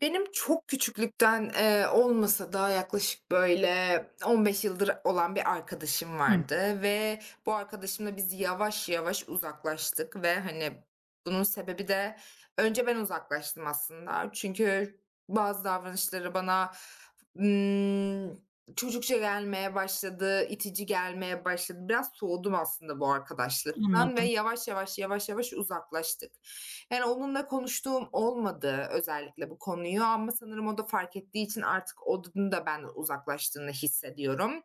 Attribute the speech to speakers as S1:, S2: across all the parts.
S1: Benim çok küçüklükten, olmasa da yaklaşık böyle 15 yıldır olan bir arkadaşım
S2: Hıı,
S1: vardı ve bu arkadaşımla biz yavaş yavaş uzaklaştık ve, hani, bunun sebebi de önce ben uzaklaştım aslında. Çünkü bazı davranışları bana, ımm, çocukça gelmeye başladı, itici gelmeye başladı. Biraz soğudum aslında bu arkadaşlıktan ve
S2: anladım.
S1: yavaş yavaş, yavaş yavaş uzaklaştık. Yani, onunla konuştuğum olmadı özellikle bu konuyu ama sanırım o da fark ettiği için artık onun da benden uzaklaştığını hissediyorum.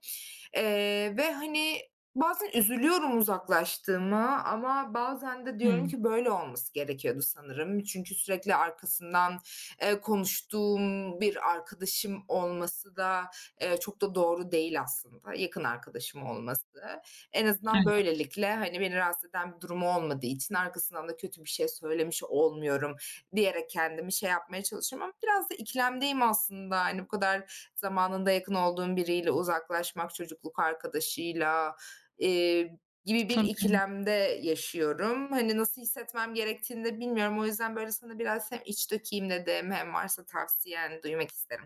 S1: Hani, bazen üzülüyorum uzaklaştığıma ama bazen de diyorum
S2: Hıı,
S1: ki böyle olması gerekiyordu sanırım. Çünkü sürekli arkasından, konuştuğum bir arkadaşım olması da, çok da doğru değil aslında yakın arkadaşım olması. En azından
S2: evet,
S1: böylelikle, hani, beni rahatsız eden bir durumu olmadığı için arkasından da kötü bir şey söylemiş olmuyorum diyerek kendimi şey yapmaya çalışıyorum ama biraz da ikilemdeyim aslında. Hani, bu kadar zamanında yakın olduğum biriyle uzaklaşmak, çocukluk arkadaşıyla, eee, gibi bir
S2: tabii.
S1: ikilemde yaşıyorum. Hani, nasıl hissetmem gerektiğini de bilmiyorum. O yüzden, böyle, sana biraz hem iç dökeyim dedim hem varsa tavsiyen duymak isterim.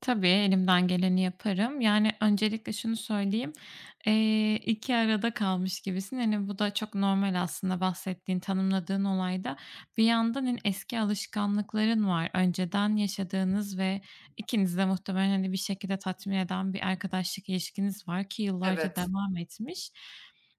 S2: Tabii, elimden geleni yaparım. Yani, öncelikle şunu söyleyeyim, 2 arada kalmış gibisin. Hani, bu da çok normal aslında bahsettiğin, tanımladığın olayda. Bir yandan, hani, eski alışkanlıkların var. Önceden yaşadığınız ve ikinizi de muhtemelen, hani, bir şekilde tatmin eden bir arkadaşlık ilişkiniz var ki yıllarca
S1: Evet.
S2: devam etmiş.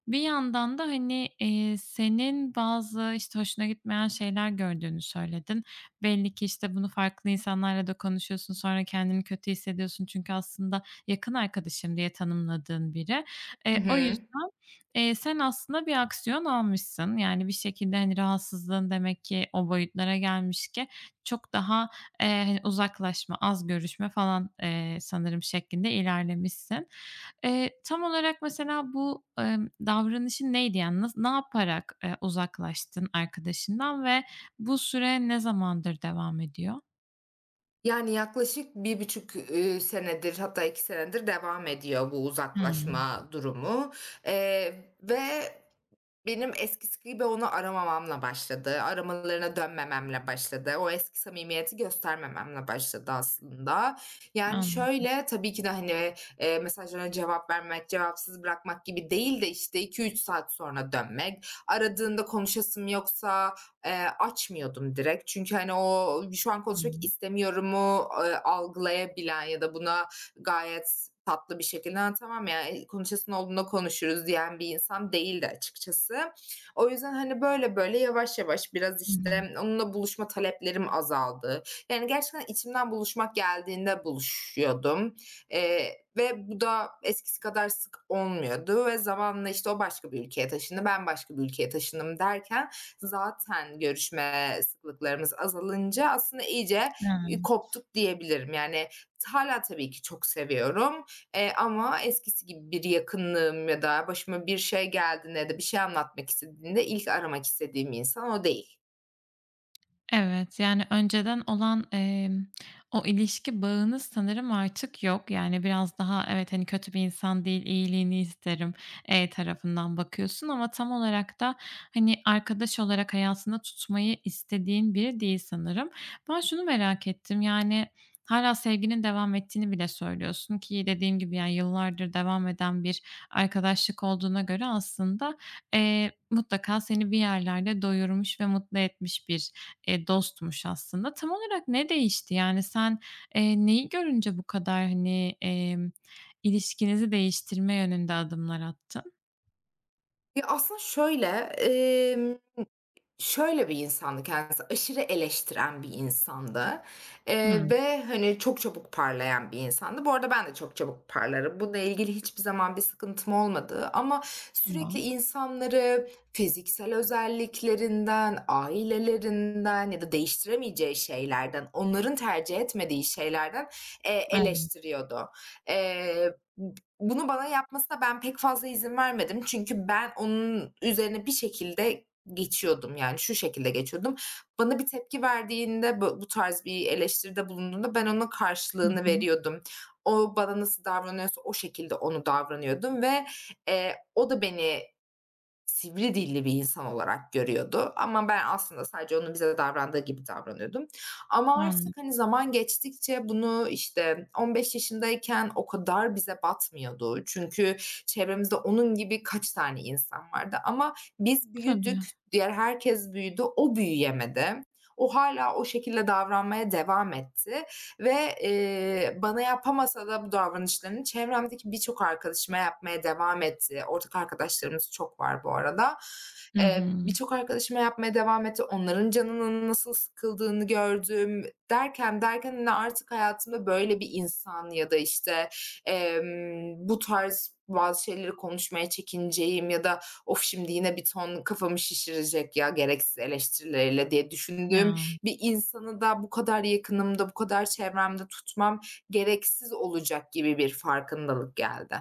S2: Bir yandan da, hani, senin bazı, işte, hoşuna gitmeyen şeyler gördüğünü söyledin. Belli ki, işte, bunu farklı insanlarla da konuşuyorsun, sonra kendini kötü hissediyorsun çünkü aslında yakın arkadaşım diye tanımladığın biri.
S1: Hı
S2: O
S1: hı.
S2: yüzden, sen aslında bir aksiyon almışsın. Yani bir şekilde, hani, rahatsızlığın demek ki o boyutlara gelmiş ki çok daha, hani, uzaklaşma, az görüşme falan, sanırım şeklinde ilerlemişsin. Tam olarak mesela bu, davranışın neydi? Yani ne yaparak, uzaklaştın arkadaşından ve bu süre ne zamandır devam ediyor?
S1: Yani yaklaşık 1,5, senedir hatta 2 senedir devam ediyor bu
S2: Hımm.
S1: uzaklaşma durumu, ve benim eskisi gibi onu aramamamla başladı. Aramalarına dönmememle başladı. O eski samimiyeti göstermememle başladı aslında. Yani
S2: Anladım.
S1: şöyle, tabii ki de, hani, mesajlarına cevap vermek, cevapsız bırakmak gibi değil de, işte, iki üç saat sonra dönmek, aradığında konuşasım yoksa, açmıyordum direkt çünkü, hani, o şu an konuşmak
S2: Tamam.
S1: istemiyorumu, algılayabilen ya da buna gayet tatlı bir şekilde, "Ha, tamam ya, konuşasın olduğunda konuşuruz." diyen bir insan değildi açıkçası. O yüzden, hani, böyle yavaş yavaş biraz,
S2: Hı
S1: işte,
S2: hı.
S1: onunla buluşma taleplerim azaldı. Yani, gerçekten içimden buluşmak geldiğinde buluşuyordum, ve bu da eskisi kadar sık olmuyordu ve zamanla, işte, o başka bir ülkeye taşındı, ben başka bir ülkeye taşındım derken zaten görüşme sıklıklarımız azalınca aslında iyice
S2: A!
S1: koptuk diyebilirim. Yani hala tabii ki çok seviyorum, ama eskisi gibi bir yakınlığım ya da başıma bir şey geldiğinde ya da bir şey anlatmak istediğinde ilk aramak istediğim insan o değil.
S2: Evet, yani önceden olan, o ilişki bağınız sanırım artık yok. Yani, biraz daha evet, hani, kötü bir insan değil, iyiliğini isterim, tarafından bakıyorsun ama tam olarak da, hani, arkadaş olarak hayatında tutmayı istediğin biri değil sanırım. Ben şunu merak ettim, yani, hala sevginin devam ettiğini bile söylüyorsun ki dediğim gibi, yani, yıllardır devam eden bir arkadaşlık olduğuna göre aslında, mutlaka seni bir yerlerde doyurmuş ve mutlu etmiş bir, eee, dostmuş aslında. Tam olarak ne değişti? Yani sen, neyi görünce bu kadar, hani, ilişkinizi değiştirme yönünde adımlar attın?
S1: Ya, aslında şöyle, şöyle bir insandı kendisi, aşırı eleştiren bir insandı,
S2: Hımm,
S1: hani, çok çabuk parlayan bir insandı. Bu arada ben de çok çabuk parlarım. Bununla ilgili hiçbir zaman bir sıkıntım olmadı ama sürekli
S2: tamam.
S1: insanları fiziksel özelliklerinden, ailelerinden ya da değiştiremeyeceği şeylerden, onların tercih etmediği şeylerden,
S2: Evet.
S1: eleştiriyordu. B Bunu bana yapmasına ben pek fazla izin vermedim çünkü ben onun üzerine bir şekilde geçiyordum, yani şu şekilde geçiyordum. Bana bir tepki verdiğinde, bu tarz bir eleştiride bulunduğunda ben ona
S2: Hı
S1: karşılığını
S2: hı.
S1: veriyordum. O bana nasıl davranıyorsa o şekilde onu davranıyordum ve, o da beni sivri dilli bir insan olarak görüyordu ama ben aslında sadece onun bize davrandığı gibi davranıyordum. Ama
S2: Anladım.
S1: artık, hani, zaman geçtikçe bunu, işte, 15 yaşındayken o kadar bize batmıyordu. Çünkü çevremizde onun gibi kaç tane insan vardı ama biz
S2: Tabii.
S1: büyüdük, diğer herkes büyüdü, o büyüyemedi. O hala o şekilde davranmaya devam etti ve, bana yapamasa da bu davranışlarını çevremdeki birçok arkadaşıma yapmaya devam etti. Ortak arkadaşlarımız çok var bu arada.
S2: Hı hı.
S1: Birçok arkadaşıma yapmaya devam etti. Onların canının nasıl sıkıldığını gördüm. Derken, hani, artık hayatımda böyle bir insan ya da, işte, bu tarz bazı şeyleri konuşmaya çekineceğim ya da "Of, şimdi yine bir ton kafamı şişirecek ya gereksiz eleştirileriyle." diye düşündüğüm
S2: Ya.
S1: bir insanı da bu kadar yakınımda, bu kadar çevremde tutmam gereksiz olacak gibi bir farkındalık geldi.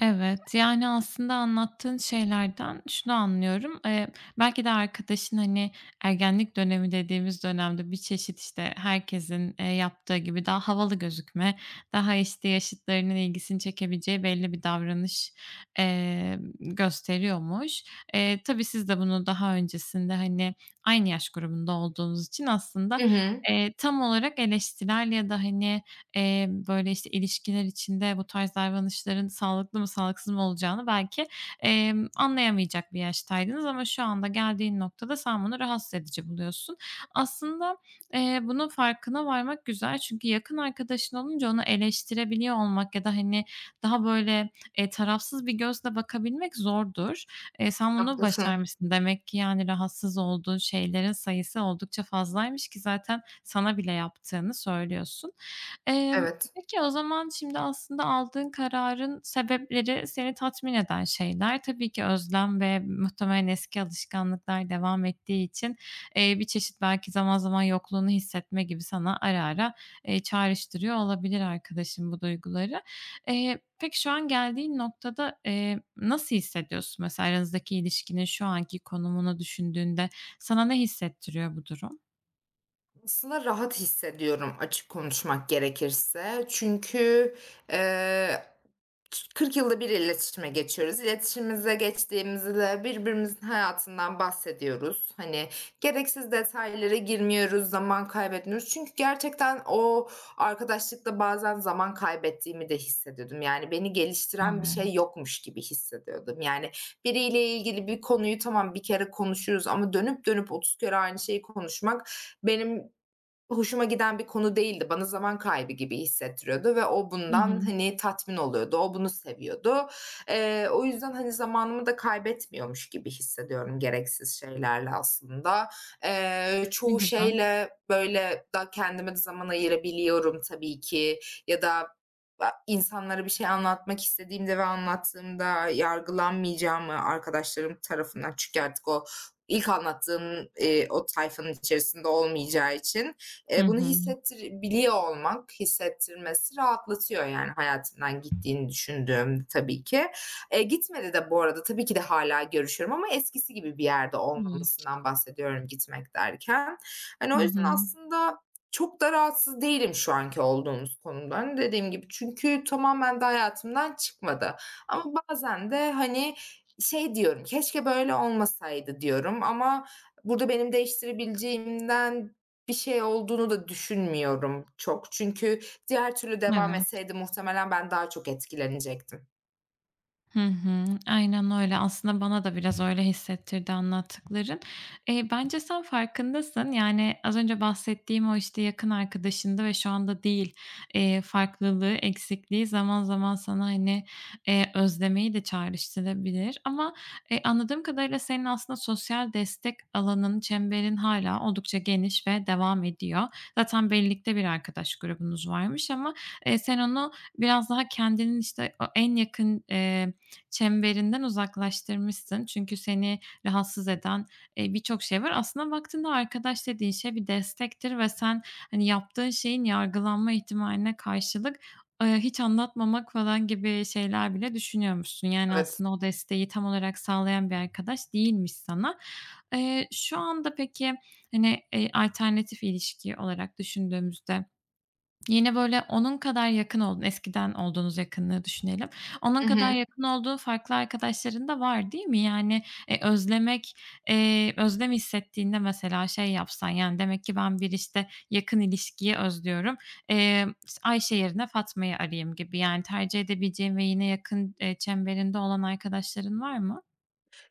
S2: Evet, yani, aslında anlattığın şeylerden şunu anlıyorum. Belki de arkadaşın, hani, ergenlik dönemi dediğimiz dönemde bir çeşit, işte, herkesin, yaptığı gibi daha havalı gözükme, daha, işte, yaşıtlarının ilgisini çekebileceği belli bir davranış, gösteriyormuş. Tabii siz de bunu daha öncesinde, hani, aynı yaş grubunda olduğunuz için aslında,
S1: Hı hı.
S2: tam olarak eleştirel ya da, hani, böyle, işte, ilişkiler içinde bu tarz davranışların sağlıklı mı sağlıksız mı olacağını belki, anlayamayacak bir yaştaydınız ama şu anda geldiğin noktada sen bunu rahatsız edici buluyorsun. Aslında, bunun farkına varmak güzel çünkü yakın arkadaşın olunca onu eleştirebiliyor olmak ya da, hani, daha böyle, tarafsız bir gözle bakabilmek zordur. Sen bunu
S1: Haklısın.
S2: başarmışsın. Demek ki, yani, rahatsız olduğun şeylerin sayısı oldukça fazlaymış ki zaten sana bile yaptığını söylüyorsun. Emm,
S1: Evet.
S2: peki o zaman şimdi aslında aldığın kararın sebepleri seni tatmin eden şeyler. Tabii ki özlem ve muhtemelen eski alışkanlıklar devam ettiği için, bir çeşit belki zaman zaman yokluğunu hissetme gibi sana ara ara, çağrıştırıyor olabilir arkadaşın bu duyguları. Peki şu an geldiğin noktada, nasıl hissediyorsun? Mesela aranızdaki ilişkinin şu anki konumunu düşündüğünde sana ne hissettiriyor bu durum?
S1: Aslında rahat hissediyorum açık konuşmak gerekirse. Çünkü, eee, ç 40 yılda bir iletişime geçiyoruz. İletişimimize geçtiğimizde birbirimizin hayatından bahsediyoruz. Hani, gereksiz detaylara girmiyoruz, zaman kaybetmiyoruz. Çünkü gerçekten o arkadaşlıkta bazen zaman kaybettiğimi de hissediyordum. Yani beni geliştiren bir
S2: Evet.
S1: şey yokmuş gibi hissediyordum. Yani biriyle ilgili bir konuyu tamam, bir kere konuşuruz ama dönüp dönüp 30 kere aynı şeyi konuşmak benim hoşuma giden bir konu değildi. Bana zaman kaybı gibi hissettiriyordu ve o
S2: Hı
S1: bundan,
S2: hı.
S1: hani, tatmin oluyordu. O bunu seviyordu. O yüzden, hani, zamanımı da kaybetmiyormuş gibi hissediyorum gereksiz şeylerle aslında.
S2: Ne
S1: Çoğu
S2: güzel.
S1: şeyle, böyle, da kendime de zaman ayırabiliyorum tabii ki ya da insanlara bir şey anlatmak istediğimde ve anlattığımda yargılanmayacağımı arkadaşlarım tarafından çünkü artık o ilk anlattığım, o tayfanın içerisinde olmayacağı için,
S2: Hı
S1: Bunu
S2: hı.
S1: hissettirebiliyor olmak, hissettirmesi rahatlatıyor yani hayatından gittiğini düşündüğüm tabii ki. Gitmedi de bu arada tabii ki de hala görüşüyorum ama eskisi gibi bir yerde
S2: Evet.
S1: olmamasından bahsediyorum gitmek derken. Hani,
S2: Hı
S1: o yüzden
S2: hı.
S1: aslında çok da rahatsız değilim şu anki olduğumuz konumdan. Dediğim gibi çünkü tamamen de hayatımdan çıkmadı ama bazen de, hani, şey diyorum, "Keşke böyle olmasaydı." diyorum ama burada benim değiştirebileceğimden bir şey olduğunu da düşünmüyorum çok. Çünkü diğer türlü devam
S2: Evet.
S1: etseydi muhtemelen ben daha çok etkilenecektim.
S2: Hı hı. Aynen öyle. Aslında bana da biraz öyle hissettirdi anlattıkların. Bence sen farkındasın. Yani, az önce bahsettiğim o, işte, yakın arkadaşında ve şu anda değil. Farklılığı, eksikliği zaman zaman sana, hani, özlemeyi de çağrıştırabilir ama, anladığım kadarıyla senin aslında sosyal destek alanın, çemberin hala oldukça geniş ve devam ediyor. Zaten birlikte bir arkadaş grubunuz varmış ama, sen onu biraz daha kendinin, işte, o en yakın, çemberinden uzaklaştırmışsın. Çünkü seni rahatsız eden, birçok şey var. Aslında baktığında arkadaş dediğin şey bir destektir ve sen, hani, yaptığın şeyin yargılanma ihtimaline karşılık, hiç anlatmamak falan gibi şeyler bile düşünüyormuşsun. Yani,
S1: Evet.
S2: aslında o desteği tam olarak sağlayan bir arkadaş değilmiş sana. Şu anda peki, hani, alternatif ilişki olarak düşündüğümüzde yine böyle onun kadar yakın olduğun, eskiden olduğunuz yakınlığı düşünelim. Onun
S1: Hı
S2: kadar
S1: hı.
S2: yakın olduğun farklı arkadaşların da var, değil mi? Yani, özlemek, özlem hissettiğinde mesela şey yapsan, yani, demek ki ben bir, işte, yakın ilişkiyi özlüyorum, işte, Ayşe yerine Fatma'yı arayayım gibi, yani, tercih edebileceğin ve yine yakın, çemberinde olan arkadaşların var mı?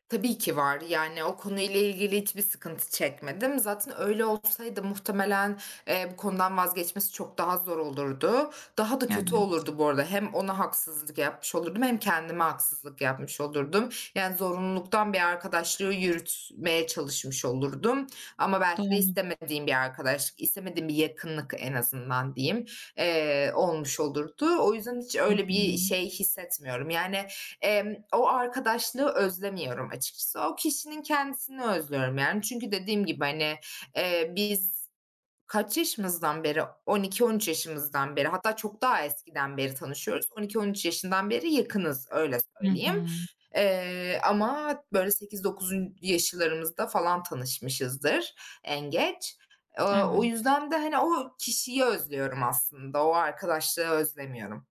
S1: Tabii ki var. Yani o konuyla ilgili hiçbir sıkıntı çekmedim. Zaten öyle olsaydı muhtemelen, bu konudan vazgeçmesi çok daha zor olurdu. Daha da
S2: Evet,
S1: kötü olurdu bu arada. Hem ona haksızlık yapmış olurdum hem kendime haksızlık yapmış olurdum. Yani zorunluluktan bir arkadaşlığı yürütmeye çalışmış olurdum ama belki de
S2: doğru.
S1: istemediğim bir arkadaşlık, istemediğim bir yakınlık en azından diyeyim, olmuş olurdu. O yüzden hiç
S2: Hı
S1: öyle
S2: hı.
S1: bir şey hissetmiyorum. Yani, o arkadaşlığı özlemiyorum açıkçası. O kişinin kendisini özlüyorum yani. Çünkü dediğim gibi, hani, biz kaç yaşımızdan beri, 12-13 yaşımızdan beri hatta çok daha eskiden beri tanışıyoruz. 12-13 yaşından beri yakınız, öyle
S2: Hı
S1: söyleyeyim.
S2: hı.
S1: Ama böyle 8-9'un yaşlarımızda falan tanışmışızdır en geç. Eee, O
S2: Evet.
S1: yüzden de, hani, o kişiyi özlüyorum aslında. O arkadaşlığı özlemiyorum.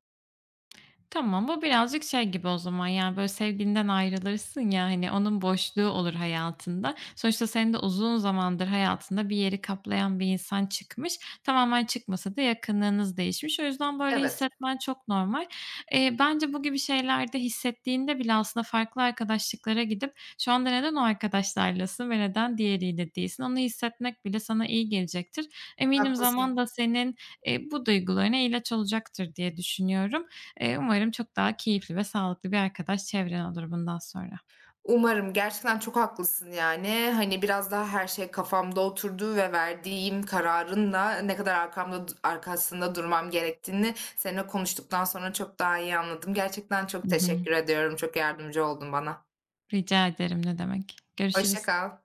S2: Tamam, bu birazcık şey gibi o zaman, yani, böyle, sevgilinden ayrılırsın ya, hani, onun boşluğu olur hayatında. Sonuçta senin de uzun zamandır hayatında bir yeri kaplayan bir insan çıkmış. Tamamen çıkmasa da yakınlığınız değişmiş. O yüzden böyle
S1: Evet,
S2: hissetmen çok normal. Bence bu gibi şeylerde hissettiğinde bile aslında farklı arkadaşlıklara gidip şu anda neden o arkadaşlarlasın ve neden diğeriyle değilsin, onu hissetmek bile sana iyi gelecektir. Eminim zaman
S1: haklısın.
S2: da senin, bu duygularına ilaç olacaktır diye düşünüyorum. Umarım çok daha keyifli ve sağlıklı bir arkadaş çevren olur bundan sonra.
S1: Umarım. Gerçekten çok haklısın yani. Hani, biraz daha her şey kafamda oturdu ve verdiğim kararın da ne kadar arkasında durmam gerektiğini seninle konuştuktan sonra çok daha iyi anladım. Gerçekten çok
S2: Hı hı.
S1: teşekkür ediyorum. Çok yardımcı oldun bana.
S2: Rica ederim, ne demek.
S1: Hoşça
S2: Görüşürüz.
S1: kal.